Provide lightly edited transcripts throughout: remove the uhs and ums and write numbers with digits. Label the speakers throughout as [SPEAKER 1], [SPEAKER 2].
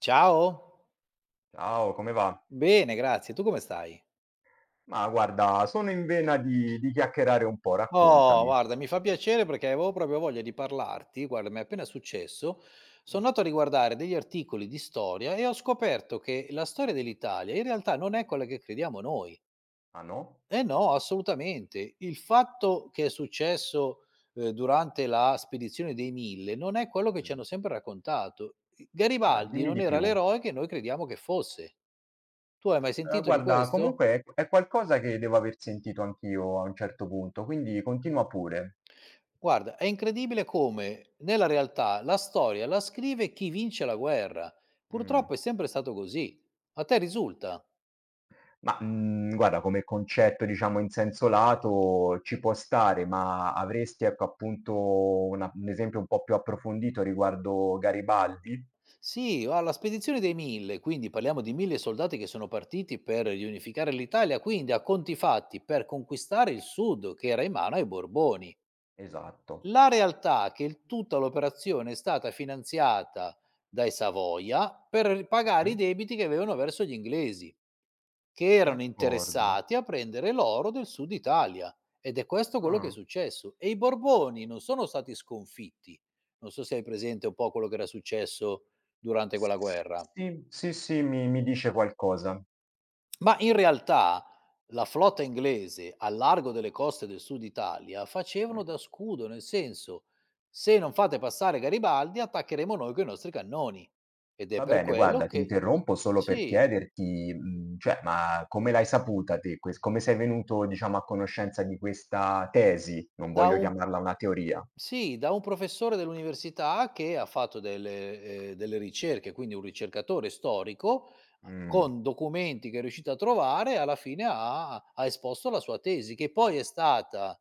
[SPEAKER 1] Ciao.
[SPEAKER 2] Ciao, come va?
[SPEAKER 1] Bene, grazie. Tu come stai?
[SPEAKER 2] Ma guarda, sono in vena di chiacchierare un po',
[SPEAKER 1] Oh,
[SPEAKER 2] raccontami.
[SPEAKER 1] guarda, mi fa piacere perché avevo proprio voglia di parlarti. Guarda, mi è appena successo. Sono
[SPEAKER 2] Mm.
[SPEAKER 1] andato a riguardare degli articoli di storia e ho scoperto che la storia dell'Italia in realtà non è quella che crediamo noi.
[SPEAKER 2] Ah no?
[SPEAKER 1] Eh no, assolutamente. Il fatto che è successo, durante la spedizione dei 1000 non è quello che ci
[SPEAKER 2] Mm.
[SPEAKER 1] hanno sempre raccontato. I Garibaldi
[SPEAKER 2] Dimmi
[SPEAKER 1] non
[SPEAKER 2] di
[SPEAKER 1] era
[SPEAKER 2] più.
[SPEAKER 1] l'eroe che noi crediamo che fosse. Tu hai mai sentito di
[SPEAKER 2] Guarda,
[SPEAKER 1] questo?
[SPEAKER 2] comunque è qualcosa che devo aver sentito anch'io a un certo punto, quindi continua pure.
[SPEAKER 1] Guarda, è incredibile come nella realtà la storia la scrive chi vince la guerra.
[SPEAKER 2] Mm.
[SPEAKER 1] Purtroppo è sempre stato così. A te risulta?
[SPEAKER 2] Ma guarda, come concetto, diciamo, in senso lato ci può stare, ma avresti, ecco, appunto un esempio un po' più approfondito riguardo Garibaldi?
[SPEAKER 1] Sì, alla spedizione dei mille, quindi parliamo di mille soldati che sono partiti per riunificare l'Italia, quindi a conti fatti per conquistare il sud che era in mano ai Borboni.
[SPEAKER 2] Esatto.
[SPEAKER 1] La realtà è che il tutta l'operazione è stata finanziata dai Savoia per r pagare i
[SPEAKER 2] Mm.
[SPEAKER 1] debiti che avevano verso gli inglesi, che erano
[SPEAKER 2] D'accordo.
[SPEAKER 1] interessati a prendere l'oro del Sud Italia, ed è questo quello che è
[SPEAKER 2] Ah.
[SPEAKER 1] successo. E i Borboni non sono stati sconfitti. Non so se hai presente un po' quello che era successo durante
[SPEAKER 2] S
[SPEAKER 1] quella guerra.
[SPEAKER 2] Sì, sì, sì, mi dice qualcosa.
[SPEAKER 1] Ma in realtà la flotta inglese al largo delle coste del sud Italia
[SPEAKER 2] Mh.
[SPEAKER 1] facevano da scudo, nel senso: "Se non fate passare Garibaldi attaccheremo noi coi nostri cannoni". Ed è
[SPEAKER 2] Va
[SPEAKER 1] per
[SPEAKER 2] bene,
[SPEAKER 1] quello
[SPEAKER 2] guarda, ti
[SPEAKER 1] che
[SPEAKER 2] interrompo solo per
[SPEAKER 1] sì,
[SPEAKER 2] chiederti, cioè, ma come l'hai saputa te ques come sei venuto, diciamo, a conoscenza di questa tesi? Non
[SPEAKER 1] da
[SPEAKER 2] voglio
[SPEAKER 1] un
[SPEAKER 2] chiamarla una teoria.
[SPEAKER 1] Sì, da un professore dell'università che ha fatto delle ricerche, quindi un ricercatore storico,
[SPEAKER 2] Mh.
[SPEAKER 1] con documenti che è riuscito a trovare, alla fine ha esposto la sua tesi, che poi è stata,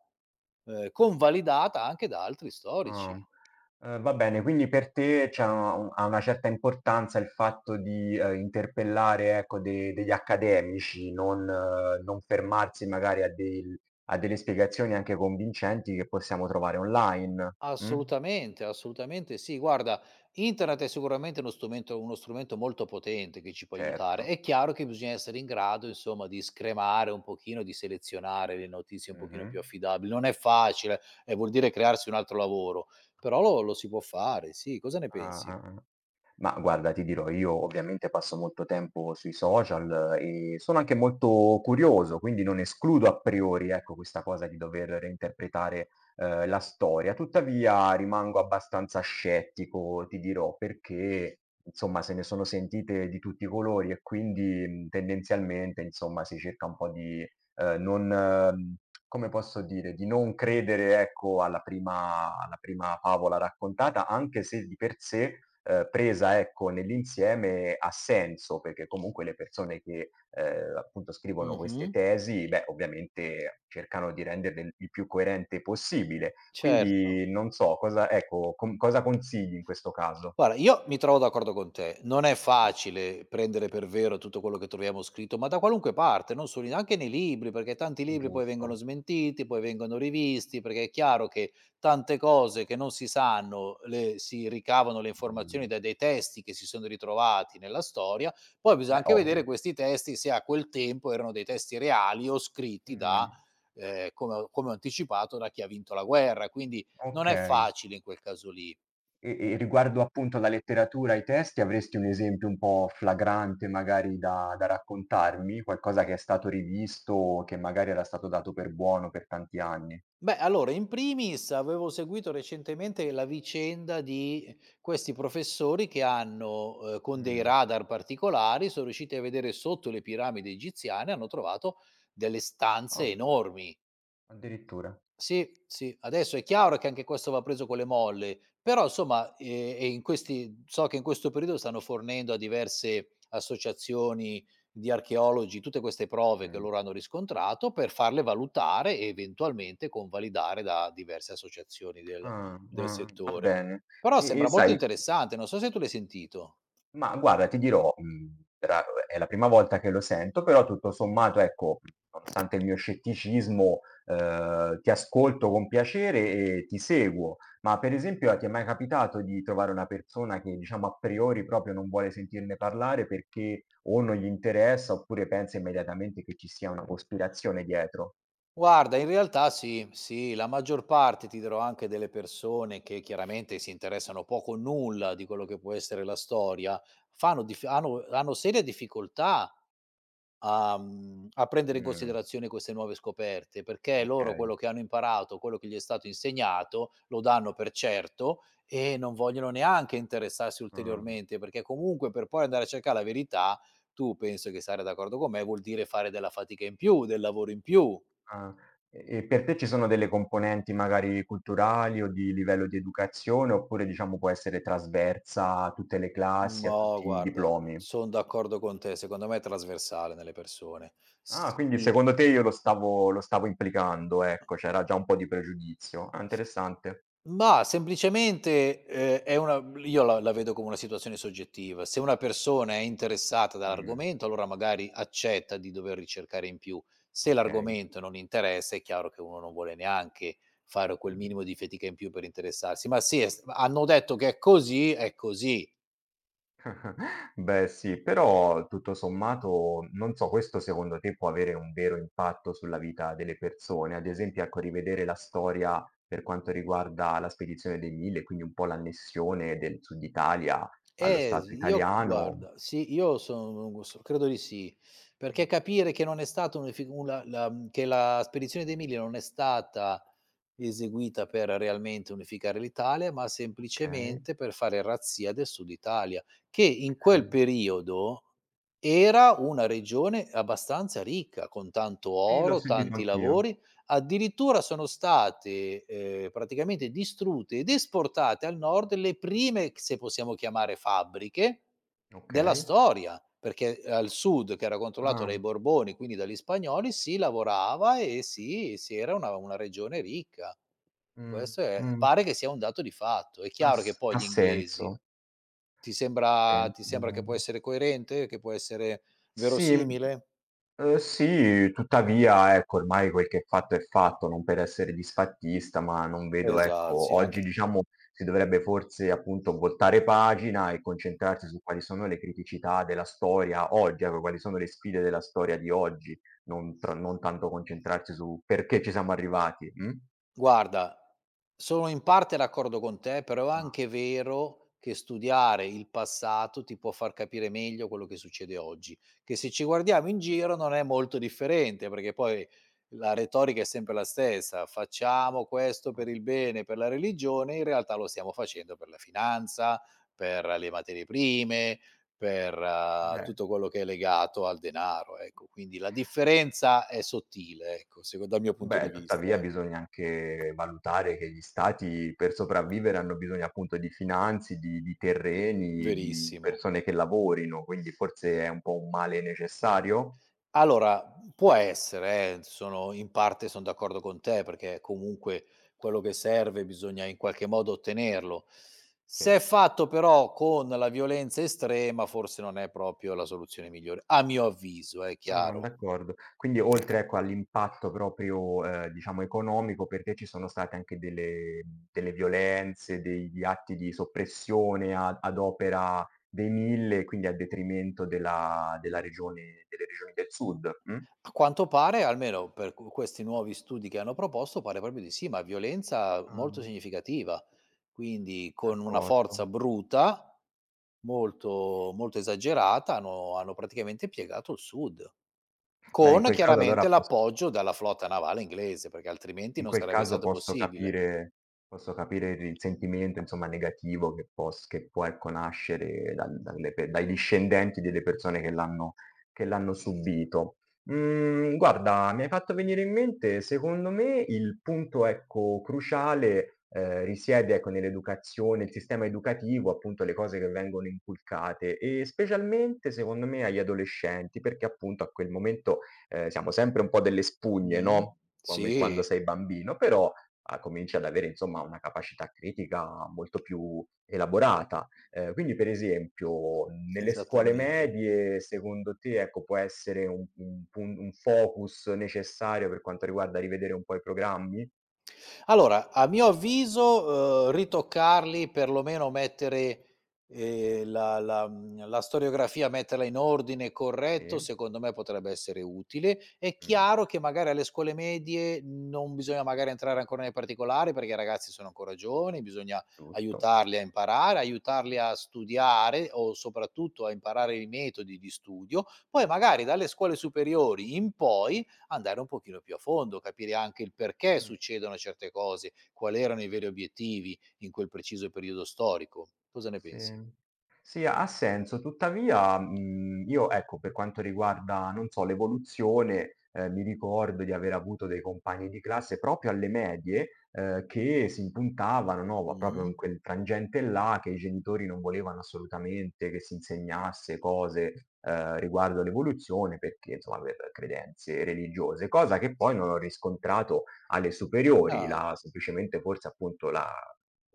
[SPEAKER 1] convalidata anche da altri
[SPEAKER 2] Ah.
[SPEAKER 1] storici.
[SPEAKER 2] Va bene, quindi per te c'ha un ha una certa importanza il fatto di, interpellare, ecco, de degli accademici, non fermarsi magari a delle spiegazioni anche convincenti che possiamo trovare online. Mh?
[SPEAKER 1] Assolutamente, assolutamente sì. Guarda, internet è sicuramente uno strumento molto potente che ci può aiutare.
[SPEAKER 2] Certo.
[SPEAKER 1] È chiaro che bisogna essere in grado, insomma, di scremare un pochino, di selezionare le notizie un pochino
[SPEAKER 2] Mh-mh.
[SPEAKER 1] più affidabili. Non è facile e vuol dire crearsi un altro lavoro, però lo si può fare, sì. Cosa ne
[SPEAKER 2] Ah,
[SPEAKER 1] pensi?
[SPEAKER 2] ah, ah. Ma guarda, ti dirò, io ovviamente passo molto tempo sui social e sono anche molto curioso, quindi non escludo a priori, ecco, questa cosa di dover reinterpretare, la storia. Tuttavia rimango abbastanza scettico, ti dirò, perché insomma se ne sono sentite di tutti i colori e quindi, tendenzialmente insomma si cerca un po' di non come posso dire, di non credere, ecco, alla prima favola raccontata, anche se di per sé, presa ecco nell'insieme ha senso, perché comunque le persone che, appunto scrivono queste
[SPEAKER 1] Mh-mh.
[SPEAKER 2] tesi, beh, ovviamente cercano di renderle il più coerente possibile.
[SPEAKER 1] Certo.
[SPEAKER 2] Quindi non so, cosa ecco, com cosa consigli in questo caso?
[SPEAKER 1] Guarda, io mi trovo d'accordo con te. Non è facile prendere per vero tutto quello che troviamo scritto, ma da qualunque parte, non solo anche nei libri, perché tanti libri poi
[SPEAKER 2] Giusto.
[SPEAKER 1] vengono smentiti, poi vengono rivisti, perché è chiaro che tante cose che non si sanno, si ricavano le informazioni
[SPEAKER 2] Mh.
[SPEAKER 1] da dei testi che si sono ritrovati nella storia, poi bisogna
[SPEAKER 2] Beh,
[SPEAKER 1] anche
[SPEAKER 2] ovvio.
[SPEAKER 1] vedere questi testi se a quel tempo erano dei testi reali o scritti da,
[SPEAKER 2] Mh.
[SPEAKER 1] come ho anticipato, da chi ha vinto la guerra, quindi non è
[SPEAKER 2] Okay.
[SPEAKER 1] facile in quel caso lì.
[SPEAKER 2] E
[SPEAKER 1] No.
[SPEAKER 2] e riguardo appunto alla letteratura, ai testi, avresti un esempio un po' flagrante magari da raccontarmi? Qualcosa che è stato rivisto o che magari era stato dato per buono per tanti anni?
[SPEAKER 1] Beh, allora in primis avevo seguito recentemente la vicenda di questi professori che con dei
[SPEAKER 2] Mh,
[SPEAKER 1] radar particolari, sono riusciti a vedere sotto le piramidi egiziane, hanno trovato delle stanze
[SPEAKER 2] ah,
[SPEAKER 1] enormi,
[SPEAKER 2] addirittura.
[SPEAKER 1] sì, sì, adesso è chiaro che anche questo va preso con le molle, però insomma, e in questi so che in questo periodo stanno fornendo a diverse associazioni di archeologi tutte queste prove che
[SPEAKER 2] Mh.
[SPEAKER 1] loro hanno riscontrato per farle valutare e eventualmente convalidare da diverse associazioni del
[SPEAKER 2] Ah,
[SPEAKER 1] del
[SPEAKER 2] ah, va
[SPEAKER 1] settore.
[SPEAKER 2] bene.
[SPEAKER 1] Però
[SPEAKER 2] E
[SPEAKER 1] sembra molto
[SPEAKER 2] sai
[SPEAKER 1] interessante, non so se tu l'hai sentito.
[SPEAKER 2] Ma guarda, ti dirò, era è la prima volta che lo sento, però tutto sommato, ecco, nonostante il mio scetticismo, ti ascolto con piacere e ti seguo. Ma per esempio, a ti è mai capitato di trovare una persona che, diciamo, a priori proprio non vuole sentirne parlare perché o non gli interessa oppure pensa immediatamente che ci sia una cospirazione dietro?
[SPEAKER 1] Guarda, in realtà sì, sì, la maggior parte ti dirò anche delle persone che chiaramente si interessano poco o nulla di quello che può essere la storia, fanno dif hanno hanno serie difficoltà a prendere in
[SPEAKER 2] Mh,
[SPEAKER 1] considerazione queste nuove scoperte, perché loro
[SPEAKER 2] okay.
[SPEAKER 1] quello che hanno imparato, quello che gli è stato insegnato, lo danno per certo e non vogliono neanche interessarsi
[SPEAKER 2] Mh.
[SPEAKER 1] ulteriormente, perché comunque per poi andare a cercare la verità, tu penso che sarai d'accordo con me, vuol dire fare della fatica in più, del lavoro in più.
[SPEAKER 2] Ah, e per te ci sono delle componenti magari culturali o di livello di educazione, oppure diciamo può essere trasversa a tutte le classi, a
[SPEAKER 1] No,
[SPEAKER 2] tutti i
[SPEAKER 1] guarda,
[SPEAKER 2] diplomi?
[SPEAKER 1] son d'accordo con te. Secondo me è trasversale nelle persone.
[SPEAKER 2] Ah, quindi
[SPEAKER 1] Sì,
[SPEAKER 2] secondo te io lo stavo implicando, ecco, c'era già un po' di pregiudizio. Ah, interessante.
[SPEAKER 1] ma semplicemente, è una io la la vedo come una situazione soggettiva. Se una persona è interessata
[SPEAKER 2] Mh,
[SPEAKER 1] dall'argomento, allora magari accetta di dover ricercare in più. Se
[SPEAKER 2] okay.
[SPEAKER 1] l'argomento non interessa, è chiaro che uno non vuole neanche fare quel
[SPEAKER 2] Mh.
[SPEAKER 1] minimo di fatica in più per interessarsi. Ma sì, è s hanno detto che è così, è così.
[SPEAKER 2] Beh, sì, però tutto sommato non so, questo secondo te può avere un vero impatto sulla vita delle persone? Ad esempio, ecco, rivedere la storia per quanto riguarda la spedizione dei 1000, quindi un po' l'annessione del Sud Italia allo
[SPEAKER 1] S
[SPEAKER 2] Stato
[SPEAKER 1] io
[SPEAKER 2] italiano.
[SPEAKER 1] guarda, sì, io sono so credo di sì,
[SPEAKER 2] Mh.
[SPEAKER 1] perché capire che non è stato un, effi- una figu la la mhmm, che la spedizione dei Mille non è stata eseguita per realmente unificare l'Italia, ma
[SPEAKER 2] Okay,
[SPEAKER 1] semplicemente per fare razzia del Sud Italia, che in quel
[SPEAKER 2] okay.
[SPEAKER 1] periodo era una regione abbastanza ricca, con tanto
[SPEAKER 2] Sì, l'ho
[SPEAKER 1] oro,
[SPEAKER 2] sentito
[SPEAKER 1] tanti
[SPEAKER 2] anch'io.
[SPEAKER 1] lavori. Addirittura sono state, praticamente distrutte ed esportate al nord le prime, se possiamo chiamare fabbriche, della
[SPEAKER 2] Okay.
[SPEAKER 1] storia, perché al sud che era controllato
[SPEAKER 2] Ah,
[SPEAKER 1] dai Borboni, quindi dagli spagnoli, si lavorava e si era una regione ricca.
[SPEAKER 2] mh,
[SPEAKER 1] Questo è
[SPEAKER 2] mh,
[SPEAKER 1] Pare che sia un dato di fatto. È chiaro che poi
[SPEAKER 2] ha
[SPEAKER 1] gli
[SPEAKER 2] senso,
[SPEAKER 1] inglesi
[SPEAKER 2] ha
[SPEAKER 1] ti
[SPEAKER 2] senso.
[SPEAKER 1] sembra che può essere coerente, che può essere
[SPEAKER 2] Sì.
[SPEAKER 1] verosimile?
[SPEAKER 2] Sì, tuttavia ecco, ormai quel che è fatto, non per essere disfattista, ma non vedo
[SPEAKER 1] Esa
[SPEAKER 2] ecco,
[SPEAKER 1] sì, anche.
[SPEAKER 2] oggi diciamo si dovrebbe forse appunto voltare pagina e concentrarsi su quali sono le criticità della storia oggi, ecco, quali sono le sfide della storia di oggi, non tanto concentrarsi su perché ci siamo arrivati, mh?
[SPEAKER 1] Guarda, sono in parte d'accordo con te, però è
[SPEAKER 2] Ah,
[SPEAKER 1] anche vero che studiare il passato ti può far capire meglio quello che succede oggi, che se ci guardiamo in giro non è molto differente, perché poi la retorica è sempre la stessa, facciamo questo per
[SPEAKER 2] mh.
[SPEAKER 1] il bene, per la religione, in realtà lo stiamo facendo per la finanza, per le materie prime, per
[SPEAKER 2] Eh.
[SPEAKER 1] tutto quello che è legato al denaro, ecco, quindi la differenza è sottile, ecco, dal mio punto di
[SPEAKER 2] Beh, tuttavia
[SPEAKER 1] vista.
[SPEAKER 2] bisogna anche valutare che gli stati per sopravvivere hanno bisogno appunto di terreni, di
[SPEAKER 1] Verissimo.
[SPEAKER 2] persone che lavorino, quindi forse è un po' un male necessario?
[SPEAKER 1] Allora, può essere, sono in parte son d'accordo con te, perché comunque quello che serve bisogna in qualche modo ottenerlo.
[SPEAKER 2] Sì.
[SPEAKER 1] Se è fatto però con la violenza estrema, forse non è proprio la soluzione migliore, a mio avviso,
[SPEAKER 2] Ah,
[SPEAKER 1] chiaro.
[SPEAKER 2] d'accordo. Quindi oltre, ecco, all'impatto proprio, diciamo economico, per te ci sono state anche delle violenze, degli atti di soppressione a ad opera dei 1000, quindi a detrimento della della regione delle regioni del sud, mh?
[SPEAKER 1] A quanto pare, almeno per q questi nuovi studi che hanno proposto, pare proprio di sì, ma violenza molto
[SPEAKER 2] Ah.
[SPEAKER 1] significativa. Quindi con una
[SPEAKER 2] D'accordo.
[SPEAKER 1] forza bruta, molto, molto esagerata, hanno praticamente piegato il sud,
[SPEAKER 2] Beh, in
[SPEAKER 1] con
[SPEAKER 2] quel caso allora
[SPEAKER 1] chiaramente
[SPEAKER 2] pos
[SPEAKER 1] l'appoggio dalla flotta navale inglese, perché altrimenti
[SPEAKER 2] in
[SPEAKER 1] non
[SPEAKER 2] quel
[SPEAKER 1] sarebbe
[SPEAKER 2] caso
[SPEAKER 1] stato
[SPEAKER 2] posso
[SPEAKER 1] possibile.
[SPEAKER 2] capire posso capire il sentimento, insomma, negativo che può, ecco, nascere dal dalle pe dai discendenti delle persone che l'hanno subito. Guarda, mi hai fatto venire in mente, secondo me, il punto, ecco, cruciale, risiede, ecco, nell'educazione, il sistema educativo, appunto, le cose che vengono inculcate e specialmente, secondo me, agli adolescenti, perché appunto a quel momento, siamo sempre un po' delle spugne,
[SPEAKER 1] Mh-mh.
[SPEAKER 2] no? Come quando
[SPEAKER 1] Sì,
[SPEAKER 2] sei bambino, però, cominci ad avere insomma una capacità critica molto più elaborata. Quindi per esempio nelle scuole
[SPEAKER 1] esattamente.
[SPEAKER 2] medie secondo te, ecco, può essere un focus necessario per quanto riguarda rivedere un po' i programmi?
[SPEAKER 1] Allora, a mio avviso, ritoccarli, perlomeno mettere, la storiografia, metterla in ordine corretto,
[SPEAKER 2] Sì,
[SPEAKER 1] secondo me potrebbe essere utile. È
[SPEAKER 2] mh,
[SPEAKER 1] chiaro che magari alle scuole medie non bisogna magari entrare ancora nei particolari, perché i ragazzi sono ancora giovani, bisogna
[SPEAKER 2] giusto.
[SPEAKER 1] aiutarli a imparare, aiutarli a studiare o soprattutto a imparare i metodi di studio. Poi magari dalle scuole superiori in poi andare un pochino più a fondo, capire anche il perché
[SPEAKER 2] Mh.
[SPEAKER 1] succedono certe cose, quali erano i veri obiettivi in quel preciso periodo storico. Cosa ne pensi?
[SPEAKER 2] Sì. Sì, ha senso. Tuttavia, io ecco, per quanto riguarda, non so, l'evoluzione, mi ricordo di aver avuto dei compagni di classe proprio alle medie, che si impuntavano, no, ma proprio
[SPEAKER 1] Mh.
[SPEAKER 2] in quel frangente là che i genitori non volevano assolutamente che si insegnasse cose, riguardo l'evoluzione perché, insomma, per credenze religiose, cosa che poi non ho riscontrato alle superiori.
[SPEAKER 1] Ah,
[SPEAKER 2] La semplicemente forse appunto la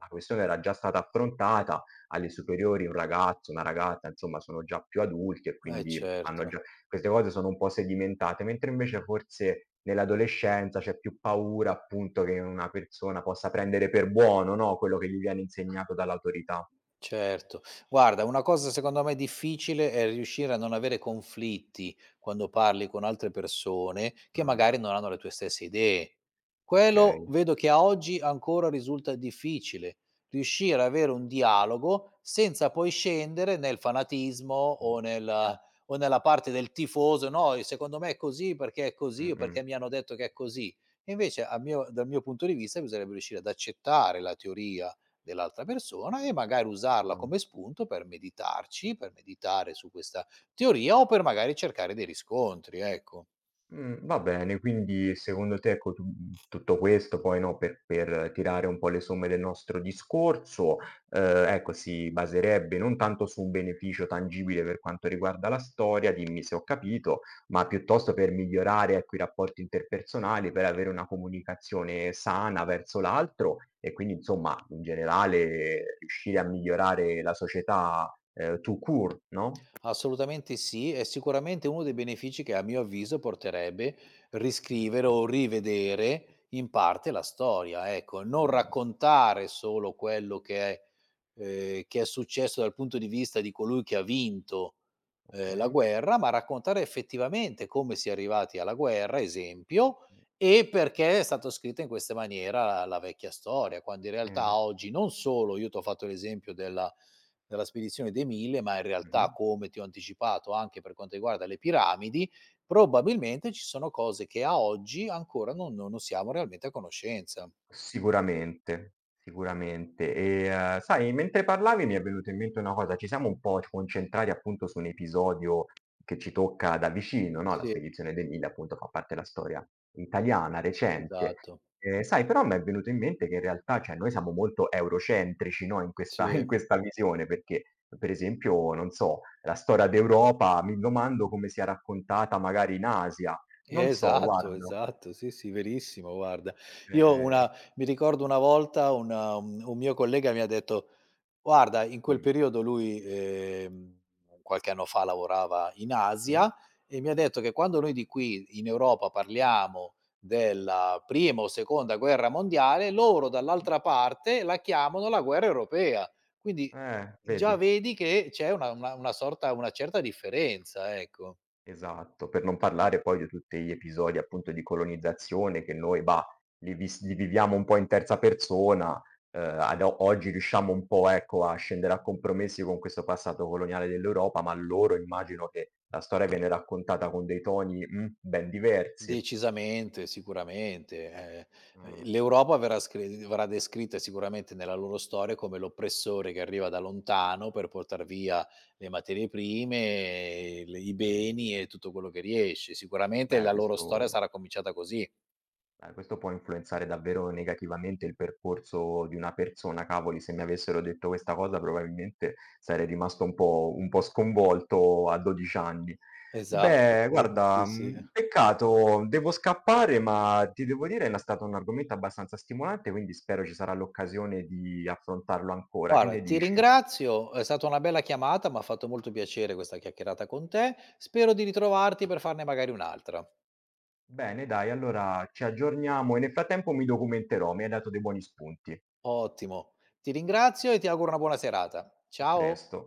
[SPEAKER 2] la questione era già stata affrontata alle superiori, un ragazzo, una ragazza, insomma, sono già più adulti e
[SPEAKER 1] eh
[SPEAKER 2] quindi hanno
[SPEAKER 1] certo.
[SPEAKER 2] già queste cose, sono un po' sedimentate, mentre invece forse nell'adolescenza c'è più paura, appunto, che una persona possa prendere per buono, no, quello che gli viene insegnato dall'autorità.
[SPEAKER 1] Certo. Guarda, una cosa secondo me difficile è riuscire a non avere conflitti quando parli con altre persone che
[SPEAKER 2] Mh,
[SPEAKER 1] magari non hanno le tue stesse idee. Quello
[SPEAKER 2] okay.
[SPEAKER 1] vedo che a oggi ancora risulta difficile, riuscire ad avere un dialogo senza poi scendere nel fanatismo
[SPEAKER 2] Mh,
[SPEAKER 1] o nella parte del tifoso, no, e secondo me è così perché è così o
[SPEAKER 2] mh-mh,
[SPEAKER 1] perché mi hanno detto che è così. Invece, dal mio punto di vista, bisognerebbe riuscire ad accettare la teoria dell'altra persona e magari usarla
[SPEAKER 2] mh.
[SPEAKER 1] come spunto per meditarci, per meditare su questa teoria o per magari cercare dei riscontri, ecco.
[SPEAKER 2] Va bene, quindi secondo te, ecco, tutto questo poi, no, per tirare un po' le somme del nostro discorso, ecco, si baserebbe non tanto su un beneficio tangibile per quanto riguarda la storia, dimmi se ho capito, ma piuttosto per migliorare, ecco, i rapporti interpersonali, per avere una comunicazione sana verso l'altro e quindi insomma, in generale, riuscire a migliorare la società, tout court, no?
[SPEAKER 1] Assolutamente sì, è sicuramente uno dei benefici che a mio avviso porterebbe riscrivere
[SPEAKER 2] Ecco.
[SPEAKER 1] o rivedere in parte la storia, ecco, non
[SPEAKER 2] Mh,
[SPEAKER 1] raccontare solo quello che è successo dal punto di vista di colui che ha vinto, la
[SPEAKER 2] okay.
[SPEAKER 1] guerra, ma raccontare effettivamente come si è arrivati alla guerra, esempio,
[SPEAKER 2] Mh,
[SPEAKER 1] e perché è stato scritta in questa maniera la vecchia storia, quando in
[SPEAKER 2] sì.
[SPEAKER 1] realtà oggi non solo io t'ho fatto l'esempio della spedizione dei 1000, ma in realtà,
[SPEAKER 2] Mh-mh.
[SPEAKER 1] come ti ho anticipato anche per quanto riguarda le piramidi, probabilmente ci sono cose che a oggi ancora non siamo realmente a conoscenza.
[SPEAKER 2] Sicuramente, sicuramente. E, sai, mentre parlavi mi è venuta in mente una cosa: ci siamo un po' concentrati appunto su un episodio che ci tocca da vicino, no, la
[SPEAKER 1] Sì,
[SPEAKER 2] spedizione dell'Ile appunto fa parte della storia italiana recente.
[SPEAKER 1] esatto.
[SPEAKER 2] Sai, però m'è venuto in mente che in realtà, cioè, noi siamo molto eurocentrici, no, in questa
[SPEAKER 1] Sì.
[SPEAKER 2] in questa visione, perché per esempio, non so, la storia d'Europa mi domando come sia raccontata magari in Asia. Non so,
[SPEAKER 1] Esatto,
[SPEAKER 2] guarda.
[SPEAKER 1] esatto, sì, sì, verissimo, guarda. Io
[SPEAKER 2] Ehm,
[SPEAKER 1] una Mi ricordo una volta un mio collega mi ha detto: "Guarda, in quel
[SPEAKER 2] mh,
[SPEAKER 1] periodo" lui, qualche anno fa lavorava in
[SPEAKER 2] sì.
[SPEAKER 1] Asia, e mi ha detto che quando noi di qui in Europa parliamo della prima o seconda guerra mondiale, loro dall'altra parte la chiamano la guerra europea. Quindi già
[SPEAKER 2] Vedi?
[SPEAKER 1] vedi che c'è una certa differenza, ecco.
[SPEAKER 2] Esatto, per non parlare poi di tutti gli episodi appunto di colonizzazione che noi, bah, li viviamo un po' in terza persona, ad o oggi riusciamo un po', ecco, a scendere a compromessi con questo passato coloniale dell'Europa, ma loro immagino che la storia viene raccontata con dei toni, ben diversi.
[SPEAKER 1] Decisamente, sicuramente.
[SPEAKER 2] Mh,
[SPEAKER 1] L'Europa verrà descritta sicuramente nella loro storia come l'oppressore che arriva da lontano per portar via le materie prime, le i beni e tutto quello che riesce. Sicuramente la
[SPEAKER 2] beh
[SPEAKER 1] loro storia
[SPEAKER 2] questo
[SPEAKER 1] sarà cominciata così.
[SPEAKER 2] questo può influenzare davvero negativamente il percorso di una persona. Cavoli, se mi avessero detto questa cosa probabilmente sarei rimasto un po' sconvolto a 12 anni.
[SPEAKER 1] Esatto,
[SPEAKER 2] Beh,
[SPEAKER 1] sì, sì,
[SPEAKER 2] guarda,
[SPEAKER 1] sì.
[SPEAKER 2] peccato, devo scappare, ma ti devo dire era stato un argomento abbastanza stimolante, quindi spero ci sarà l'occasione di affrontarlo ancora. Che
[SPEAKER 1] Guarda,
[SPEAKER 2] ne
[SPEAKER 1] ti
[SPEAKER 2] dici?
[SPEAKER 1] ringrazio, è stata una bella chiamata, m'ha fatto molto piacere questa chiacchierata con te. Spero di ritrovarti per farne magari un'altra.
[SPEAKER 2] Bene dai, allora ci aggiorniamo e nel frattempo mi documenterò, mi hai dato dei buoni spunti.
[SPEAKER 1] Ottimo. Ti ringrazio e ti auguro una buona serata.
[SPEAKER 2] A
[SPEAKER 1] Ciao.
[SPEAKER 2] presto.